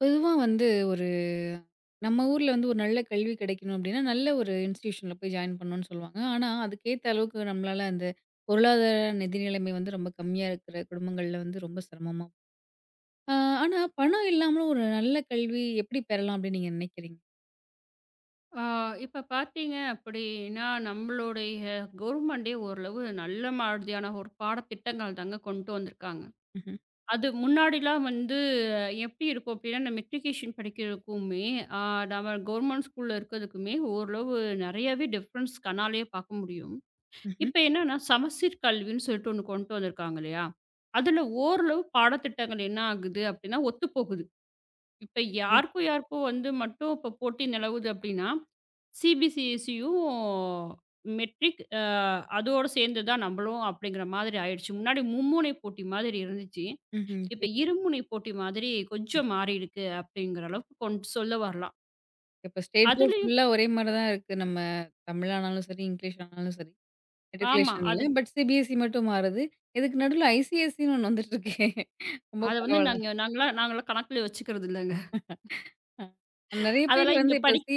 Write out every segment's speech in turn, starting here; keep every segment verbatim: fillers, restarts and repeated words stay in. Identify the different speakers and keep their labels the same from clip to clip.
Speaker 1: பொதுவா வந்து ஒரு நம்ம ஊர்ல வந்து ஒரு நல்ல கல்வி கிடைக்கணும் அப்படின்னா, நல்ல ஒரு இன்ஸ்டிடியூஷன்ல போய் ஜாயின் பண்ணணும்னு சொல்லுவாங்க. ஆனா, அதுக்கேத்த அளவுக்கு நம்மளால அந்த பொருளாதார நிதி நிலைமை வந்து ரொம்ப கம்மியா இருக்கிற குடும்பங்கள்ல வந்து ரொம்ப சிரமமா. ஆ ஆனா, பணம் இல்லாமலும் ஒரு நல்ல கல்வி எப்படி பெறலாம் அப்படின்னு நீங்க நினைக்கிறீங்க?
Speaker 2: ஆ, இப்ப பார்த்தீங்க அப்படின்னா, நம்மளுடைய கவர்மெண்டே ஓரளவு நல்ல மாதிரியான ஒரு பாடத்திட்டங்கள் தாங்க கொண்டு வந்திருக்காங்க.
Speaker 1: ம்ஹ்ம்.
Speaker 2: அது முன்னாடிலாம் வந்து அஹ், எப்படி இருக்கும் அப்படின்னா, இந்த மெட்ரிகுலேஷன் படிக்கிறதுக்குமே, ஆ நம்ம கவர்மெண்ட் ஸ்கூல்ல இருக்கிறதுக்குமே ஓரளவு நெறையாவே டிஃப்ரென்ஸ் கண்ணாலயே பார்க்க முடியும்.
Speaker 1: ம்ஹ்ம்.
Speaker 2: இப்ப என்னன்னா, சமச்சீர் கல்வின்னு சொல்லிட்டு ஒண்ணு கொண்டு வந்திருக்காங்க இல்லையா? அதுல ஓரளவு பாடத்திட்டங்கள் என்ன ஆகுது அப்படின்னா, ஒத்துப்போகுது. இப்ப
Speaker 1: ம்.
Speaker 2: யாருக்கும் யாருக்கும் வந்து மட்டும் இப்ப போட்டி நிலவுது அப்படின்னா சிபிசிஎஸ்சியும் மெட்ரிக் அ அதோட சேர்ந்து தான் நம்மளும் அப்படிங்கிற மாதிரி ஆயிடுச்சு. முன்னாடி மும்முனை போட்டி மாதிரி இருந்துச்சு.
Speaker 1: ம்ஹ்ம்.
Speaker 2: இப்ப
Speaker 1: இப்ப
Speaker 2: இருமுனை போட்டி மாதிரி கொஞ்சம் மாறியிருக்கு அப்படிங்கிற அளவுக்கு கொண் சொல்ல வரலாம்.
Speaker 1: இப்ப ஸ்டேட் போர்ட்
Speaker 2: அதுலயும்
Speaker 1: ஃபுல்லா ஒரே மாரி தான் இருக்கு. நம்ம தமிழானாலும் சரி, இங்கிலீஷ் ஆனாலும் சரி.
Speaker 2: ஆமா.
Speaker 1: மெட்ரிகுலேஷன்ல.
Speaker 2: அது
Speaker 1: பட், சிபிஎஸ்இ மட்டும் மாறுது. இதுக்கு நடுவுல ஐசிஎஸ்இன்னு ஒண்ணு வந்துட்டு இருக்கே. ரொம்ப
Speaker 2: அத வந்து
Speaker 1: பரவால்ல.
Speaker 2: நாங்க நாங்கலாம் நாங்கலாம் கணக்குல வச்சுக்கிறது இல்லங்க.
Speaker 1: அ. நெறைய பேர்
Speaker 2: அதெல்லாம்
Speaker 1: வந்து
Speaker 2: இங்க
Speaker 1: இப்ப சி
Speaker 2: படிக்கும்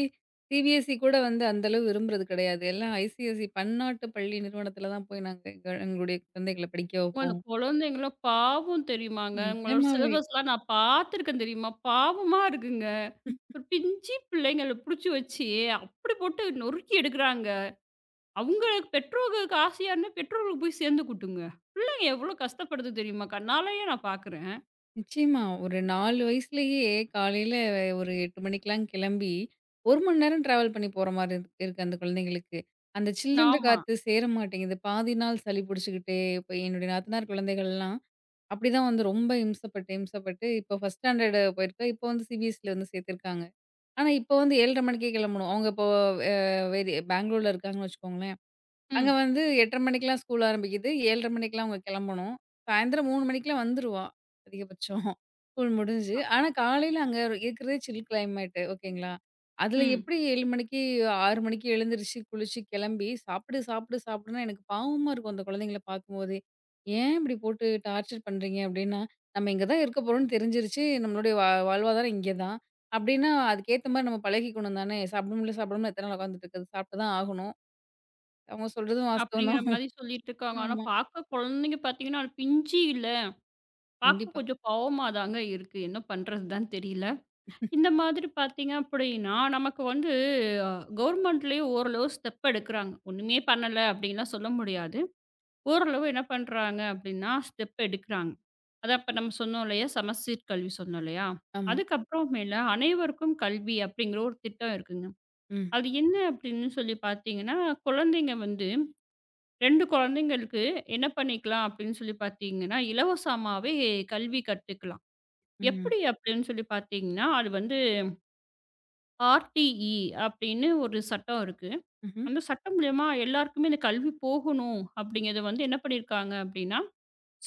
Speaker 1: சிபிஎஸ்சி கூட வந்து அந்த அளவு விரும்புறது கிடையாது. எல்லாம் ஐசிஎஸ்சி பன்னாட்டு பள்ளி நிறுவனத்துல தான் போய் நாங்க எங்க எங்களுடைய குழந்தைகள படிக்க
Speaker 2: அந்த
Speaker 1: வைப்போம்.
Speaker 2: குழந்தைங்கலாம் பாவம் தெரியுமாங்க. உங்களோட
Speaker 1: நிஜமாவே.
Speaker 2: சிலபஸ்லாம் நான் பார்த்துருக்கேன் தெரியுமா? பாவமா இருக்குங்க. ஒரு பிஞ்சு பிள்ளைங்கள புடிச்சு வச்சு, அப்படி போட்டு நொறுக்கி எடுக்குறாங்க. அவங்களுக்கு பெற்றோர்களுக்கு ஆசையா இருந்தா, பெற்றோர்களுக்கு போய் சேர்ந்துக்கட்டுங்க. பிள்ளைங்க எவ்ளோ கஷ்டப்படுது தெரியுமா? கண்ணாலயே நான் பார்க்குறேன்.
Speaker 1: நிச்சயமா. ஒரு நாலு வயசுலயே காலையில ஒரு எட்டு மணிக்கெல்லாம் கிளம்பி ஒரு மணி நேரம் டிராவல் பண்ணி போற மாரி இருக் இருக்கு அந்த குழந்தைங்களுக்கு. அந்த சில்லுன்ற
Speaker 2: ஆமா.
Speaker 1: காத்து சேர மாட்டேங்குது. பாதி நாள் சளி புடிச்சுக்கிட்டே, இப்ப என்னுடைய நாத்தனார் குழந்தைகள்லாம் அப்படிதான் வந்து ரொம்ப இம்சப்பட்டு, இம்சப்பட்டு இப்போ ஃபர்ஸ்ட் ஸ்டாண்டர்டு போயிருக்கா. இப்போ வந்து சிபிஎஸ்சில வந்து சேர்த்துருக்காங்க. ஆனா, இப்போ வந்து ஏழரை மணிக்கே கிளம்பணும். அவங்க இப்போ அ வெளி பெங்களூர்ல இருக்காங்கன்னு வச்சுக்கோங்களேன். அங்க
Speaker 2: ம்.
Speaker 1: வந்து எட்டு முப்பது மணிக்கெல்லாம் ஸ்கூல் ஆரம்பிக்குது. ஏழரை மணிக்கெல்லாம் அவங்க கிளம்பணும். சாயந்தரம் மூணு மணிக்கெல்லாம் வந்துருவா, அதிகபட்சம் ஸ்கூல் முடிஞ்சு. ஆனா காலையில அங்க இருக்கிறதே சில் கிளைமேட் ஓகேங்களா? அதில
Speaker 2: ம்.
Speaker 1: எப்படி ஏழு மணிக்கு ஆறு மணிக்கு எழுந்திரிச்சு, குளிச்சு, கிளம்பி சாப்பிடு, சாப்பிடு, சாப்பிடுன்னா எனக்கு பாவமா இருக்கும் அந்த குழந்தைங்கள பார்க்கும்போதே. "ஏன் இப்படி போட்டு டார்ச்சர் பண்றீங்க?" அப்படின்னா, "நம்ம இங்க தான் இருக்க போறோம்னு தெரிஞ்சிருச்சு. நம்மளுடைய வா வாழ்வாதாரம் இங்க தான்." அப்படின்னா அதுக்கேத்த மாரி நம்ம பழகிக்கணும் தானே! சாப்பிட முடியல, சாப்பிட முடியல எத்தன நாள் உட்காந்துட்டு இருக்கிறது? சாப்பிட்டு தான் ஆகணும். அவங்க சொல்றதும் வாஸ்தவம்
Speaker 2: அப்படிங்கிற
Speaker 1: தான்.
Speaker 2: மாரி சொல்லிட்டு இருக்காங்க. ஆனா
Speaker 1: ஆமா.
Speaker 2: பார்க்க குழந்தைங்க பார்த்தீங்கன்னா, அது பிஞ்சு இல்ல. பார்க்க
Speaker 1: கண்டிப்பா.
Speaker 2: கொஞ்சம் பாவமா தாங்க இருக்கு. என்ன பண்றது தான் தெரியல. இந்த மாதிரி பார்த்தீங்க அப்படின்னா, நமக்கு வந்து கவர்மெண்ட்லேயே ஓரளவு ஸ்டெப் எடுக்குறாங்க. ஒண்ணுமே பண்ணல அப்படின்லாம் சொல்ல முடியாது. ஓரளவு என்ன பண்றாங்க அப்படின்னா, ஸ்டெப் எடுக்குறாங்க. அதான் அப்ப நம்ம சொன்னோம் இல்லையா? சமச்சீர் கல்வி சொன்னோம் இல்லையா?
Speaker 1: ஆமா.
Speaker 2: அதுக்கப்புறம் மேல அனைவருக்கும் கல்வி அப்படிங்கிற ஒரு திட்டம் இருக்குங்க.
Speaker 1: ம்.
Speaker 2: அது என்ன அப்படின்னு சொல்லி பார்த்தீங்கன்னா, குழந்தைங்க வந்து இரண்டு குழந்தைங்களுக்கு என்ன பண்ணிக்கலாம் அப்படின்னு சொல்லி பார்த்தீங்கன்னா, இலவசமாவே கல்வி கத்துக்கலாம்.
Speaker 1: ம்.
Speaker 2: எப்படி அப்படின்னு சொல்லி பார்த்தீங்கன்னா, அது வந்து ஆர்டிஇ அப்படின்னு ஒரு சட்டம் இருக்கு.
Speaker 1: ம்ஹ்ம்.
Speaker 2: அந்த சட்டம் மூலியமா எல்லாருக்குமே இந்த கல்வி போகணும் அப்படிங்கிறத வந்து என்ன பண்ணியிருக்காங்க அப்படின்னா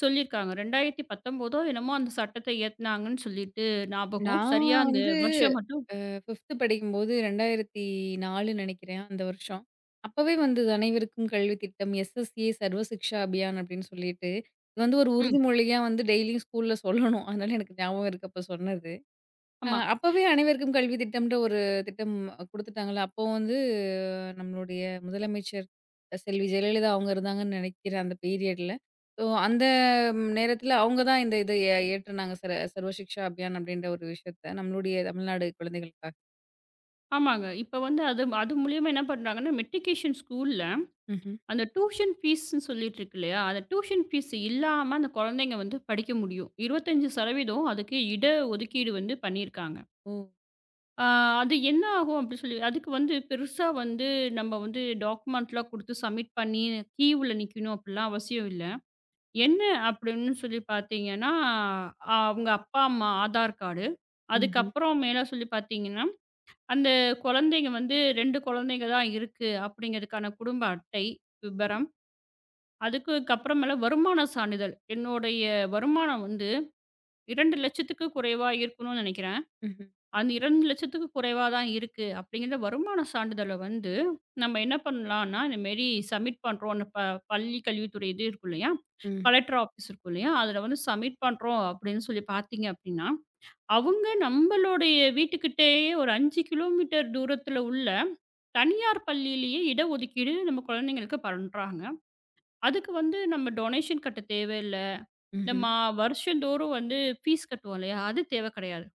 Speaker 2: சொல்லியிருக்காங்க. இரண்டாயிரத்து பத்தொன்பது என்னமோ அந்த சட்டத்தை இயத்துனாங்கன்னு சொல்லிட்டு ஞாபகம்.
Speaker 1: நான்
Speaker 2: சரியா அந்த
Speaker 1: வந்து
Speaker 2: வருஷம் மட்டும்
Speaker 1: அ ஐந்தாவது படிக்கும்போது இரண்டாயிரத்து நாலு நெனைக்கிறேன் அந்த வருஷம். அப்பவே வந்தது அனைவருக்கும் கல்வி திட்டம். எஸ்எஸ்ஏ சர்வ சிக்ஷா அபியான் அப்படின்னு சொல்லிட்டு, இது வந்து ஒரு
Speaker 2: ம்.
Speaker 1: உறுதிமொழியா வந்து டெய்லியும் ஸ்கூல்ல சொல்லணும். அதனால எனக்கு ஞாபகம் இருக்கு அப்ப சொன்னது. அ
Speaker 2: ஆமா.
Speaker 1: அப்பவே அனைவருக்கும் கல்வி திட்டம்ன்ற ஒரு திட்டம் குடுத்துட்டாங்கல்ல. அப்போ வந்து நம்மளுடைய முதலமைச்சர் செல்வி ஜெயலலிதா அவங்க இருந்தாங்கன்னு நினைக்கிறேன் அந்த பீரியட்ல. ஸோ அந்த நேரத்துல அவங்க தான் இந்த இத எ இயற்றுனாங்க சர சர்வ சிக்ஷா அபியான் அப்படின்ற ஒரு விஷயத்த நம்மளுடைய தமிழ்நாடு குழந்தைகளுக்காக.
Speaker 2: ஆமாங்க. இப்ப வந்து அது அது மூலியமா என்ன பண்றாங்கன்னா, மெட்ரிகுலேஷன் ஸ்கூல்ல
Speaker 1: ம்ஹ்ம்.
Speaker 2: அந்த டியூஷன் ஃபீஸ்ன்னு சொல்லிட்டு இருக்கு இல்லையா? அந்த டியூஷன் ஃபீஸ் இல்லாம அந்த குழந்தைங்க வந்து படிக்க முடியும். இருபத்தி ஐந்து சதவீதம் அதுக்கு இட ஒதுக்கீடு வந்து பண்ணியிருக்காங்க.
Speaker 1: ஓ!
Speaker 2: ஆ அது என்ன ஆகும் அப்படி சொல்லி அதுக்கு வந்து பெருசா வந்து நம்ம வந்து டாக்குமெண்ட்லாம் குடுத்து சப்மிட் பண்ணி கியூல நிக்கணும் அப்படிலாம் அவசியம் இல்ல. என்ன அப்படின்னு சொல்லி பார்த்தீங்கன்னா, அ அவங்க அப்பா, அம்மா ஆதார் கார்டு.
Speaker 1: ம்ஹ்ம்.
Speaker 2: அதுக்கப்புறம் மேல சொல்லி பார்த்தீங்கன்னா, அந்த குழந்தைங்க வந்து இரண்டு குழந்தைங்க தான் இருக்கு அப்படிங்கிறதுக்கான குடும்ப அட்டை
Speaker 1: சரி.
Speaker 2: விபரம். அதுக்குக்கப்புறமேல வருமான சான்றிதழ். என்னுடைய வருமானம் வந்து இரண்டு லட்சத்துக்கு குறைவா இருக்கணும்னு நெனைக்கிறேன்.
Speaker 1: ம்ஹ்ம்.
Speaker 2: அந்த இரண்டு லட்சத்துக்கு குறைவா தான் இருக்கு. அப்படிங்கிற வருமான சான்றிதழ வந்து நம்ம என்ன பண்ணலாம்னா, இந்த மாரி சப்மிட் பண்றோம். அந்த ப பள்ளி கல்வித்துறை இது இருக்கும் இல்லையா?
Speaker 1: ம்.
Speaker 2: கலெக்டர் ஆஃபீஸ் இருக்கும் இல்லையா? அதில வந்து சப்மிட் பண்றோம் அப்படின்னு சொல்லி பார்த்தீங்க அப்படின்னா, அவங்க நம்மளுடைய வீட்டுக்கிட்டேயே ஒரு ஐந்து கிலோமீட்டர் தூரத்தில உள்ள தனியார் பள்ளியிலேயே இடஒதுக்கீடு நம்ம குழந்தைங்களுக்கு பண்றாங்க. அதுக்கு வந்து நம்ம டொனேஷன் கட்ட தேவையில்ல.
Speaker 1: ம்ஹ்ம்.
Speaker 2: நம்ம வருஷந்தோறும் வந்து ஃபீஸ் கட்டுவோம் இல்லையா? அது தேவை கிடையாது.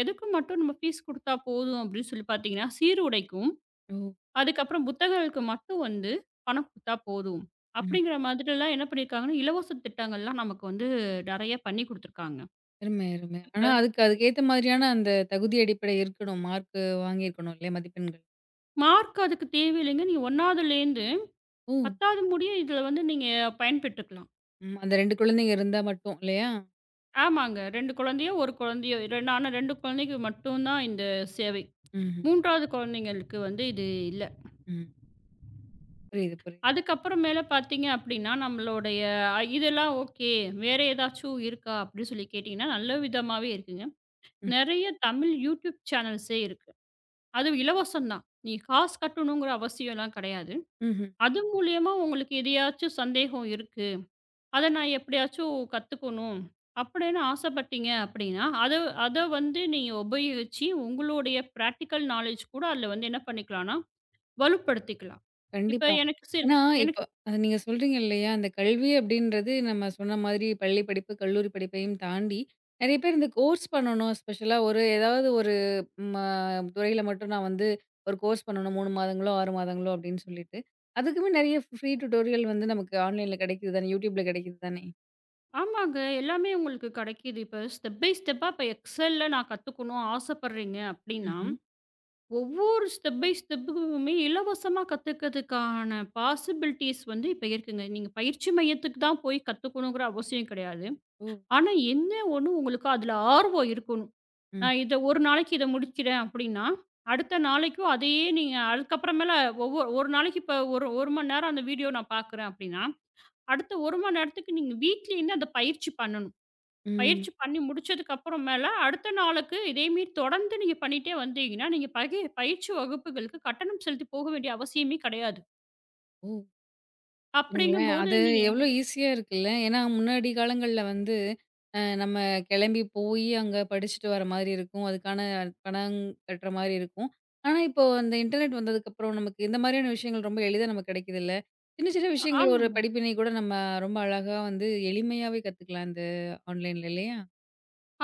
Speaker 2: எதுக்கு மட்டும் நம்ம ஃபீஸ் குடுத்தா போதும் அப்படின்னு சொல்லி பார்த்தீங்கன்னா, சீருடைக்கும்,
Speaker 1: ஓ!
Speaker 2: அதுக்கப்புறம் புத்தகங்களுக்கு மட்டும் வந்து பணம் குடுத்தா போதும்.
Speaker 1: ம்.
Speaker 2: அப்படிங்கிற மாதிரிலாம் என்ன பண்ணியிருக்காங்கன்னா, இலவச திட்டங்கள்லாம் நமக்கு வந்து நெறைய பண்ணி குடுத்துருக்காங்க.
Speaker 1: அருமை, அருமை.
Speaker 2: இப்ப
Speaker 1: ஆனா அதுக்கு அதுக்கேத்த மாதிரியான அந்த தகுதி அடிப்படை இருக்கணும். மார்க் வாங்கியிருக்கணும் இல்லையா? மதிப்பெண்கள்.
Speaker 2: மார்க் அதுக்கு தேவையில்லைங்க. நீங்க ஒன்றாவதுலேருந்து
Speaker 1: ஓ!
Speaker 2: பத்தாவது முடிய இதில வந்து நீங்க பயன்பெற்றுக்கலாம்.
Speaker 1: ம் அந்த ரெண்டு குழந்தைங்க இருந்தா மட்டும் இல்லையா?
Speaker 2: ஆமாங்க. இரண்டு குழந்தையோ, ஒரு குழந்தையோ இரண்டு ஆனா இரண்டு குழந்தைக்கு மட்டும் தான் இந்த சேவை.
Speaker 1: ம்ஹ்ம்.
Speaker 2: மூன்றாவது குழந்தைங்களுக்கு வந்து இது இல்ல.
Speaker 1: ம். புரியுது, புரியுது.
Speaker 2: அதுக்கப்புறம் மேல பார்த்தீங்க அப்படின்னா, நம்மளுடைய அ, இதெல்லாம் ஓகே. வேற ஏதாச்சும் இருக்கா? அப்படின்னு சொல்லி கேட்டீங்கன்னா, நல்ல விதமாவே இருக்குங்க.
Speaker 1: ம்.
Speaker 2: நெறைய தமிழ் யூடியூப் சேனல்ஸே இருக்கு. அதுவும் இலவசம் தான். நீங்க காசு கட்டணுங்கிற அவசியம்லாம் கிடையாது.
Speaker 1: ம்ஹ்ம்.
Speaker 2: அது மூலியமா உங்களுக்கு எதையாச்சும் சந்தேகம் இருக்கு. அத நான் எப்படியாச்சும் கத்துக்கணும் அப்படின்னு ஆசைப்பட்டீங்க அப்படின்னா, அத அத வந்து நீங்க உபயோகிச்சு உங்களுடைய பிராக்டிகல் நாலேட்ஜ் கூட அதில வந்து என்ன பண்ணிக்கலாம்னா, வலுப்படுத்திக்கலாம். இப்ப
Speaker 1: கண்டிப்பா.
Speaker 2: எனக்கு சில
Speaker 1: ஏன்னா, இப்ப
Speaker 2: எனக்கு
Speaker 1: அ நீங்க சொல்றீங்க இல்லையா? அந்த கல்வி அப்படின்றது நம்ம சொன்ன மாதிரி பள்ளி படிப்பு, கல்லூரி படிப்பையும் தாண்டி, நெறைய பேர் இந்த கோர்ஸ் பண்ணணும் ஸ்பெஷலா ஒரு ஏதாவது ஒரு ம துறையில மட்டும் நான் வந்து ஒரு கோர்ஸ் பண்ணணும் மூணு மாதங்களோ, ஆறு மாதங்களோ அப்படின்னு சொல்லிட்டு, அதுக்குமே நெறைய ஃப்ரீ டியூட்டோரியல் வந்து நமக்கு ஆன்லைன்ல கிடைக்குது தானே! YouTubeல கிடைக்குது தானே!
Speaker 2: ஆமாங்க. எல்லாமே உங்களுக்கு கெடைக்குது. இப்ப ஸ்டெப் பை ஸ்டெப்பா இப்ப எக்ஸெல்ல நான் கத்துக்கணும் ஆசைப்படுறீங்க அப்டின்னா,
Speaker 1: ம்ஹ்ம்.
Speaker 2: ஒவ்வொரு ஸ்டெப் பை ஸ்டெப்புக்குமே இலவசமா கத்துக்கிறதுக்கான பாசிபிலிட்டீஸ் வந்து இப்ப இருக்குங்க. நீங்க பயிற்சி மையத்துக்கு தான் போய் கத்துக்கணுங்கிற அவசியம் கெடையாது.
Speaker 1: ஓ!
Speaker 2: ஆனா என்ன ஒண்ணு உங்களுக்கு அதுல ஆர்வம் இருக்கணும்.
Speaker 1: ம்.
Speaker 2: நான் இத ஒரு நாளைக்கு இத முடிக்கிறேன் அப்டின்னா, அடுத்த நாளைக்கும் அதையே நீங்க அதுக்கப்புறமேல ஒவ்வொ ஒரு நாளைக்கு இப்ப ஒரு 1 மணி நேரம் அந்த வீடியோ நான் பார்க்குறேன் அப்டின்னா, அடுத்த ஒரு மணி நேரத்துக்கு நீங்க வீட்லயுமே அந்த பயிற்சி பண்ணணும்.
Speaker 1: ம்.
Speaker 2: பயிற்சி பண்ணி முடிச்சதுக்கு அப்புறமேல, அடுத்த நாளுக்கு இதே மாரி தொடர்ந்து நீங்க பண்ணிட்டே வந்தீங்கன்னா, நீங்க பகி பயிற்சி வகுப்புகளுக்கு கட்டணம் செலுத்தி போக வேண்டிய அவசியமே கிடையாது.
Speaker 1: ஓ! பாருங்களேன்.
Speaker 2: அப்படிங்கும்போது
Speaker 1: அது
Speaker 2: நீங்க
Speaker 1: எவ்ளோ ஈஸியா இருக்குல்ல. ஏன்னா, முன்னாடி காலங்கள்ல வந்து அ நம்ம கிளம்பி போயி அங்க படிச்சுட்டு வர மாரி இருக்கும். அதுக்கான பணம் கட்டுற மாரி இருக்கும். ஆனா, இப்போ இந்த இன்டர்நெட் வந்ததுக்கப்புறம் நமக்கு இந்த மாரியான விஷயங்கள் ரொம்ப எளிதா நமக்கு கிடைக்குதுல்ல. சின்ன சின்ன விஷயங்கள் ஒரு
Speaker 2: ஆமாங்க.
Speaker 1: படிப்பினை கூட நம்ம ரொம்ப அழகா வந்து எளிமையாவே கத்துக்கலாம் இந்த ஆன்லைன்ல இல்லையா?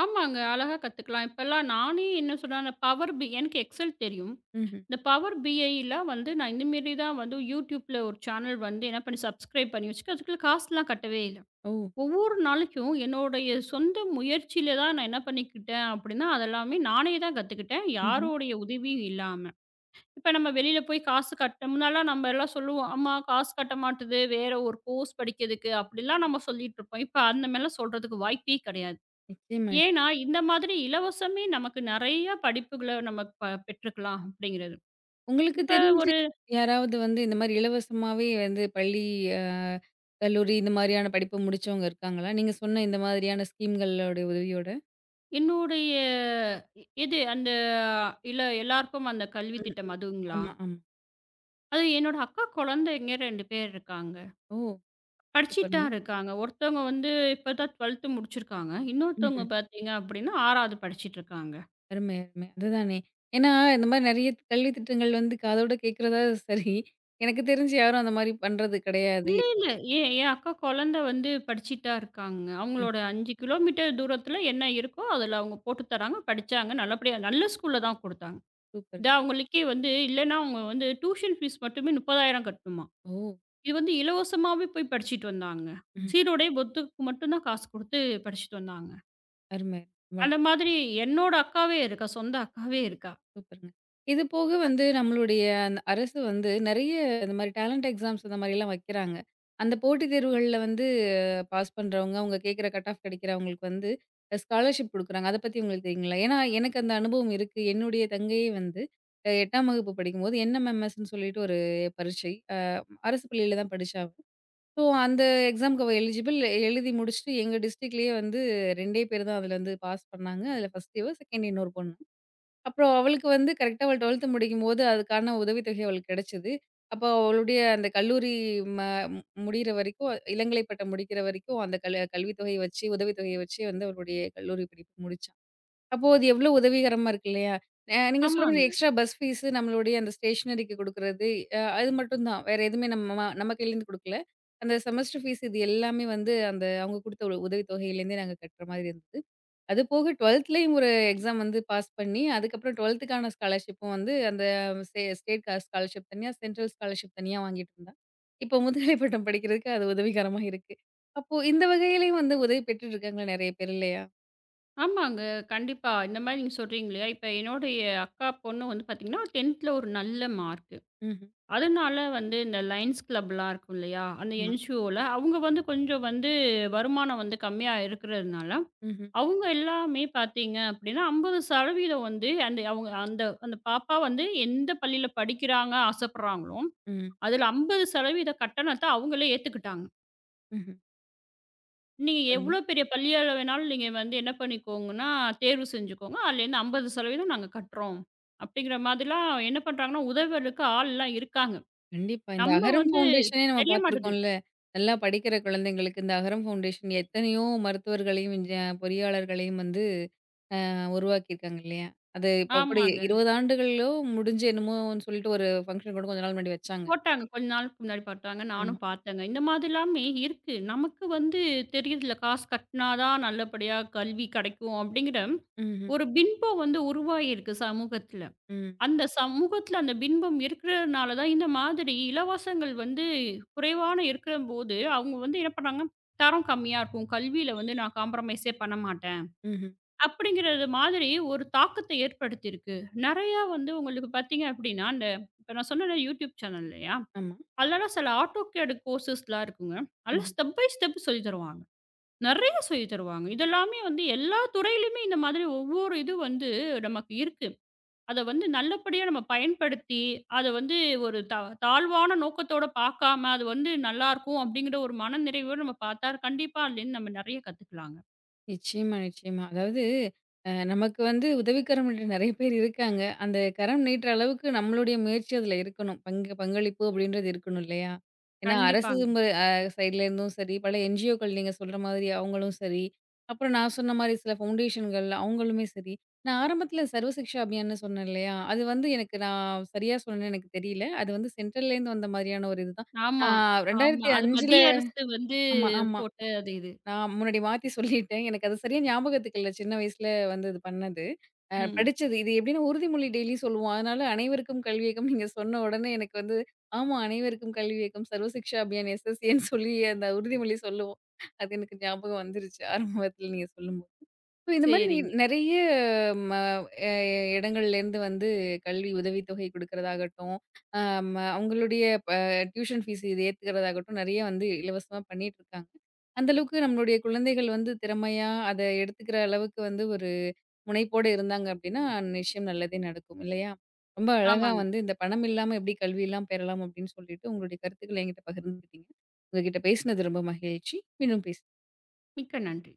Speaker 2: ஆமாங்க. அழகா கத்துக்கலாம். இப்பலாம் நானே என்ன சொல்றேன், அந்த பவர் பி எனக்கு எக்ஸெல் தெரியும்.
Speaker 1: ம்ஹ்ம்.
Speaker 2: இந்த பவர் பிஐல வந்து நான் இந்த மாரி தான் வந்து YouTubeல ஒரு சேனல் வந்து என்ன பண்ணி சப்ஸ்கிரைப் பண்ணி வச்சுக்க. அதுக்குள்ள காசுலாம் கட்டவே இல்ல.
Speaker 1: ஓ!
Speaker 2: ஒவ்வொரு நாளைக்கும் என்னுடைய சொந்த முயற்சியில தான் நான் என்ன பண்ணிக்கிட்டேன் அப்படின்னா, அதெல்லாமே நானே தான் கத்துக்கிட்டேன்.
Speaker 1: ம்ஹ்ம்.
Speaker 2: யாரோடைய உதவியும் இல்லாம. இப்ப நம்ம வெளியில போய் காசு கட்ட முன்னாடிலாம் நம்ம எல்லாம் சொல்லுவோம், "அம்மா காசு கட்ட மாட்டுது, வேற ஒரு கோர்ஸ் படிக்கிறதுக்கு" அப்படிலாம் நம்ம சொல்லிட்டு இருப்போம். இப்ப அந்த மாரிலாம் சொல்றதுக்கு வாய்ப்பே கிடையாது.
Speaker 1: நிச்சயமா.
Speaker 2: ஏன்னா, இந்த மாதிரி இலவசமே நமக்கு நெறைய படிப்புகள நம்ம ப பெற்றுக்கலாம் அப்படிங்கிறது.
Speaker 1: உங்களுக்கு
Speaker 2: இப்ப
Speaker 1: தெரிஞ்சு
Speaker 2: ஒரு
Speaker 1: யாராவது வந்து இந்த மாதிரி இலவசமாவே வந்து பள்ளி, அ கல்லூரி இந்த மாரியான படிப்பு முடிச்சவங்க இருக்காங்களா? நீங்க சொன்ன இந்த மாதிரியான ஸ்கீம்களோட உதவியோட?
Speaker 2: என்னுடைய இ இது அந்த இல்ல எல்லாருக்கும் அந்த கல்வி
Speaker 1: ம்,
Speaker 2: திட்டம்
Speaker 1: ம்.
Speaker 2: அதுங்களா?
Speaker 1: ஆமா, ஆமா.
Speaker 2: அது என்னோட அக்கா குழந்தைங்க இரண்டு பேர் இருக்காங்க.
Speaker 1: ஓ!
Speaker 2: படிச்சுட்டு
Speaker 1: சூப்பருங்க.
Speaker 2: தான் இருக்காங்க. ஒருத்தவங்க வந்து இப்ப தான் பன்னிரண்டாவது முடிச்சிருக்காங்க. இன்னொருத்தவங்க
Speaker 1: ம்ஹ்ம்.
Speaker 2: பார்த்தீங்க அப்படின்னா ஆறாவது படிச்சுட்டு இருக்காங்க.
Speaker 1: அருமை, அருமை. அதுதானே. ஏன்னா, இந்த மாரி நெறைய கல்வி திட்டங்கள் வந்து காதோட கேட்கிறதா சரி, எனக்கு தெரிஞ்சு யாரும் அந்த மாரி பண்றது கிடையாது.
Speaker 2: இல்ல, இல்ல. என் என் அக்கா குழந்தை வந்து படிச்சுட்டு தான் இருக்காங்க.
Speaker 1: ம்.
Speaker 2: அவங்களோட ஐந்து கிலோமீட்டர் தூரத்தில என்ன இருக்கோ, அதில அவங்க போட்டு தராங்க. படிச்சாங்க. நல்லபடியா நல்ல ஸ்கூல்ல தான் குடுத்தாங்க.
Speaker 1: சூப்பர்.
Speaker 2: இது அவங்களுக்கே வந்து இல்லன்னா அவங்க வந்து டியூஷன் ஃபீஸ் மட்டுமே முப்பதாயிரம் கட்டணுமாம்.
Speaker 1: ஓ!
Speaker 2: இது வந்து இலவசமாவே போய் படிச்சுட்டு வந்தாங்க.
Speaker 1: ம்.
Speaker 2: சீருடை, பொத்துக்கு மட்டும் தான் காசு குடுத்து படிச்சுட்டு வந்தாங்க.
Speaker 1: அருமை.
Speaker 2: அந்த மாதிரி என்னோட அக்காவே இருக்கா. சொந்த அக்காவே இருக்கா.
Speaker 1: சூப்பருங்க. இது போக வந்து நம்மளுடைய அந்த அரசு வந்து நெறைய இந்த மாரி டேலண்ட் எக்ஸாம்ஸ் அந்த மாரிலாம் வைக்கிறாங்க. அந்த போட்டித் தேர்வுகள்ல வந்து பாஸ் பண்றவங்க, அவங்க கேட்குற கட் ஆஃப் கிடைக்கிறவங்களுக்கு வந்து ஸ்காலர்ஷிப் குடுக்குறாங்க. அத பத்தி உங்களுக்கு தெரியுங்களா? ஏன்னா எனக்கு அந்த அனுபவம் இருக்கு. என்னுடைய தங்கையே வந்து அ எட்டாம் வகுப்பு படிக்கும்போது என்எம்எம்எஸ்ன்னு சொல்லிட்டு ஒரு பரீட்சை. அ அரசு பள்ளியில தான் படிச்சா அவ. ஸோ அந்த எக்ஸாம்க்கு அவ எலிஜிபிள். எழுதி முடிச்சுட்டு எங்க டிஸ்ட்ரிக்ட்லயே வந்து 2டே பேர் தான் அதுல வந்து பாஸ் பண்ணாங்க. அதுல ஃபர்ஸ்ட் இவ, செகண்ட் இன்னொரு பொண்ணு. அப்புறம் அவளுக்கு வந்து கரெக்ட்டா அவள் பன்னிரெண்டாவது முடிக்கும்போது, அதுக்கான உதவித்தொகை அவளுக்கு கிடைச்சது. அப்போ அவளுடைய அந்த கல்லூரி ம மு- முடியிற வரைக்கும், இளங்கலை பட்டம் முடிக்கிற வரைக்கும் அந்த கல் கல்வித் தொகைய வச்சு, உதவித்தொகைய வச்சு வந்து அவளுடைய கல்லூரி படிப்பு முடிச்சா. அப்போ அது எவ்வளோ உதவிகரமா இருக்கு இல்லையா? அ நீங்க சொல்ல மாரி
Speaker 2: ஆமாங்க,
Speaker 1: எக்ஸ்ட்ரா பஸ் ஃபீஸு, நம்மளுடைய அந்த ஸ்டேஷனரிக்கு குடுக்குறது, அ அது மட்டும் தான். வேற எதுவுமே நம்ம ம- நம்ம கையிலேருந்து குடுக்கல. அந்த செமஸ்டர் ஃபீஸ் இது எல்லாமே வந்து அந்த அவங்க குடுத்த உதவித்தொகையிலேருந்தே நாங்க கட்டுற மாதிரி இருந்தது. அது போக பன்னிரெண்டாவதுலயும் ஒரு எக்ஸாம் வந்து பாஸ் பண்ணி, அதுக்கப்புறம் பன்னிரெண்டாவதுக்கான ஸ்காலர்ஷிப்பும் வந்து அந்த ஸ்டே ஸ்டேட் க ஸ்காலர்ஷிப் தனியா, சென்ட்ரல் ஸ்காலர்ஷிப் தனியா வாங்கிட்டு இருந்தா. இப்போ முதுகலை பட்டம் படிக்கிறதுக்கு அது உதவிகரமா இருக்கு. அப்போ இந்த வகையிலயும் வந்து உதவி பெற்றுட்டு இருக்காங்க நெறைய பேர் இல்லையா?
Speaker 2: ஆமாங்க. கண்டிப்பா. இந்த மாரி நீங்க சொல்றீங்க இல்லையா? இப்ப என்னுடைய அக்கா பொண்ணு வந்து பார்த்தீங்கன்னா, பத்தாவதுல ஒரு நல்ல மார்க்.
Speaker 1: ம்ஹ்ம்.
Speaker 2: அதனால வந்து இந்த லயன்ஸ் கிளப்லாம் இருக்கும் இல்லையா? அந்த
Speaker 1: ஆமா.
Speaker 2: என்ஜிஓல அவங்க வந்து கொஞ்சம் வந்து வருமானம் வந்து கம்மியா இருக்கிறதுனால,
Speaker 1: ம்ஹ்ம்.
Speaker 2: அவங்க எல்லாமே பார்த்தீங்க அப்படின்னா ஐம்பது சதவீதம் வந்து அந்த அவங்க அந்த அந்த பாப்பா வந்து எந்த பள்ளியில படிக்கிறாங்க ஆசைப்படுறாங்களோ,
Speaker 1: ம்.
Speaker 2: அதில ஐம்பது சதவீதம் கட்டணத்த அவங்களே ஏத்துக்கிட்டாங்க.
Speaker 1: ம்ஹ்ம்.
Speaker 2: நீங்க
Speaker 1: சூப்பருங்க.
Speaker 2: எவ்வளோ பெரிய பள்ளியால வேணாலும் நீங்க வந்து என்ன பண்ணிக்கோங்கன்னா, தேர்வு செஞ்சுக்கோங்க. அதுலேருந்து ஐம்பது சதவீதம் நாங்க கட்டுறோம். அப்படிங்கிற மாதிரிலாம் என்ன பண்றாங்கன்னா, உதவுறதுக்கு ஆள்லாம் இருக்காங்க.
Speaker 1: கண்டிப்பா. இந்த
Speaker 2: நம்ம
Speaker 1: அகரம்
Speaker 2: வந்து
Speaker 1: ஃபவுண்டேஷனே நம்ம
Speaker 2: தெரிய மாட்டுது.
Speaker 1: பார்த்துருக்கோம்ல. நல்லா படிக்கிற குழந்தைங்களுக்கு இந்த அகரம் ஃபவுண்டேஷன் எத்தனையோ மருத்துவர்களையும், இன்ஜ பொறியாளர்களையும் வந்து உருவாக்கியிருக்காங்க இல்லையா? அது இப்ப கூட
Speaker 2: ஆமாங்க.
Speaker 1: இருபது ஆண்டுகளோ முடிஞ்சு என்னமோன்னு சொல்லிட்டு ஒரு ஃபங்ஷன் கூட கொஞ்ச நாள் முன்னாடி வச்சாங்க.
Speaker 2: போட்டாங்க. கொஞ்ச நாளுக்கு முன்னாடி போட்டாங்க.
Speaker 1: ஆமா.
Speaker 2: நானும் பார்த்தேங்க. இந்த மாதிரிலாமே இருக்கு. நமக்கு வந்து தெரியுதுல்ல, காசு கட்டினா தான் நல்லபடியா கல்வி கிடைக்கும் அப்படிங்கிற
Speaker 1: ம்ஹ்ம்.
Speaker 2: ஒரு பின்பம் வந்து உருவாகியிருக்கு சமூகத்தில.
Speaker 1: ம்.
Speaker 2: அந்த சமூகத்தில அந்த பின்பம் இருக்கிறதுனால தான் இந்த மாதிரி இலவசங்கள் வந்து குறைவான இருக்கிறம்போது, அவங்க வந்து என்ன பண்ணாங்க, தரம் கம்மியா இருக்கும். கல்வியில வந்து நான் காம்ப்ரமைஸே பண்ண மாட்டேன்.
Speaker 1: ம்ஹ்ம்.
Speaker 2: அப்படிங்கிறது மாதிரி ஒரு தாக்கத்தை ஏற்படுத்தியிருக்கு. நெறையா வந்து உங்களுக்கு பார்த்தீங்க அப்படின்னா, இந்த இப்ப நான் சொன்னேன்ல யூடியூப் சேனல் இல்லையா?
Speaker 1: ஆமா.
Speaker 2: அதுலலாம் சில ஆட்டோகேட் கோர்சஸ்லாம் இருக்குங்க. அதெல்லாம்
Speaker 1: ம்.
Speaker 2: ஸ்டெப் பை ஸ்டெப் சொல்லி தருவாங்க. நெறைய சொல்லி தருவாங்க. இதெல்லாமே வந்து எல்லா துறையிலயுமே இந்த மாதிரி ஒவ்வொரு இது வந்து நமக்கு இருக்கு. அத வந்து நல்லபடியா நம்ம பயன்படுத்தி, அத வந்து ஒரு தா தாழ்வான நோக்கத்தோட பார்க்காம, அது வந்து நல்லாருக்கும் அப்படிங்கிற ஒரு மனநிறைவோடு நம்ம பார்த்தா கண்டிப்பா அதுலேருந்து நம்ம நெறைய கத்துக்கலாங்க.
Speaker 1: நிச்சயமா, நிச்சயமா. அதாவது அ நமக்கு வந்து உதவிக்கரம்ன்ற நெறைய பேர் இருக்காங்க. அந்த கரம் நீட்டுற அளவுக்கு நம்மளுடைய முயற்சி அதில இருக்கணும். பங்கு பங்களிப்பு அப்படின்றது இருக்கணும் இல்லையா? ஏன்னா அரசு
Speaker 2: கண்டிப்பாங்க.
Speaker 1: மு அ சைட்லேருந்தும் சரி, பல என்ஜிஓக்கள் நீங்க சொல்ற மாதிரி அவங்களும் சரி, அப்புறம் நான் சொன்ன மாரி சில ஃபவுண்டேஷன்கள் அவங்களுமே சரி. நான் ஆரம்பத்தில சர்வ சிக்ஷா அபியான்னு சொன்னேன் இல்லையா? அது வந்து எனக்கு நான் சரியா சொன்னேன்னு எனக்கு தெரியல. அது வந்து சென்ட்ரல்லேருந்து வந்த மாதிரியான ஒரு இதுதான்.
Speaker 2: ஆமா,
Speaker 1: நான்
Speaker 2: ஆமா. அது
Speaker 1: இரண்டாயிரத்து ஐந்துல.
Speaker 2: மத்திய அரசு வந்து
Speaker 1: ஆமா, ஆமா.
Speaker 2: போட்ட அது இது.
Speaker 1: நான் முன்னாடி மாத்தி சொல்லிட்டேன். எனக்கு அது சரியா ஞாபகத்துக்கு இல்ல. சின்ன வயசுல வந்து இது பண்ணது. அ
Speaker 2: ம்.
Speaker 1: படிச்சது. இது எப்படின்னா உறுதிமொழி டெய்லி சொல்லுவோம். அதனால அனைவருக்கும் கல்வி இயக்கம் நீங்க சொன்ன உடனே எனக்கு வந்து, ஆமா அனைவருக்கும் கல்வி இயக்கம், சர்வ சிக்ஷா அபியான், எஸ்எஸ்ஏன்னு சொல்லி அந்த உறுதிமொழி சொல்லுவோம். அது எனக்கு ஞாபகம் வந்துருச்சு ஆரம்பத்துல நீங்க சொல்லும். இப்ப இந்த மாரி நீ
Speaker 2: சரிங்க.
Speaker 1: நெறைய ம எ இடங்கள்லேருந்து வந்து கல்வி உதவித்தொகை குடுக்கிறதாகட்டும், அ ம அவங்களுடைய ப டியூஷன் ஃபீஸ் இது ஏத்துக்கிறதாகட்டும், நெறைய வந்து இலவசமா பண்ணிட்டுருக்காங்க. அந்த அளவுக்கு நம்மளுடைய குழந்தைகள் வந்து திறமையா அத எடுத்துக்கிற அளவுக்கு வந்து ஒரு முனைப்போட இருந்தாங்க அப்டின்னா, நிச்சயம் நல்லதே நடக்கும் இல்லையா? ரொம்ப அழகா
Speaker 2: ஆமாங்க.
Speaker 1: வந்து இந்த பணம் இல்லாம எப்படி கல்விலாம் பெறலாம் அப்படின்னு சொல்லிட்டு, உங்களுடைய கருத்துக்கள என்கிட்ட பகிர்ந்துக்கிட்டீங்க. உங்ககிட்ட பேசினது ரொம்ப மகிழ்ச்சி. மீண்டும் பேச
Speaker 2: மிக்க நன்றி.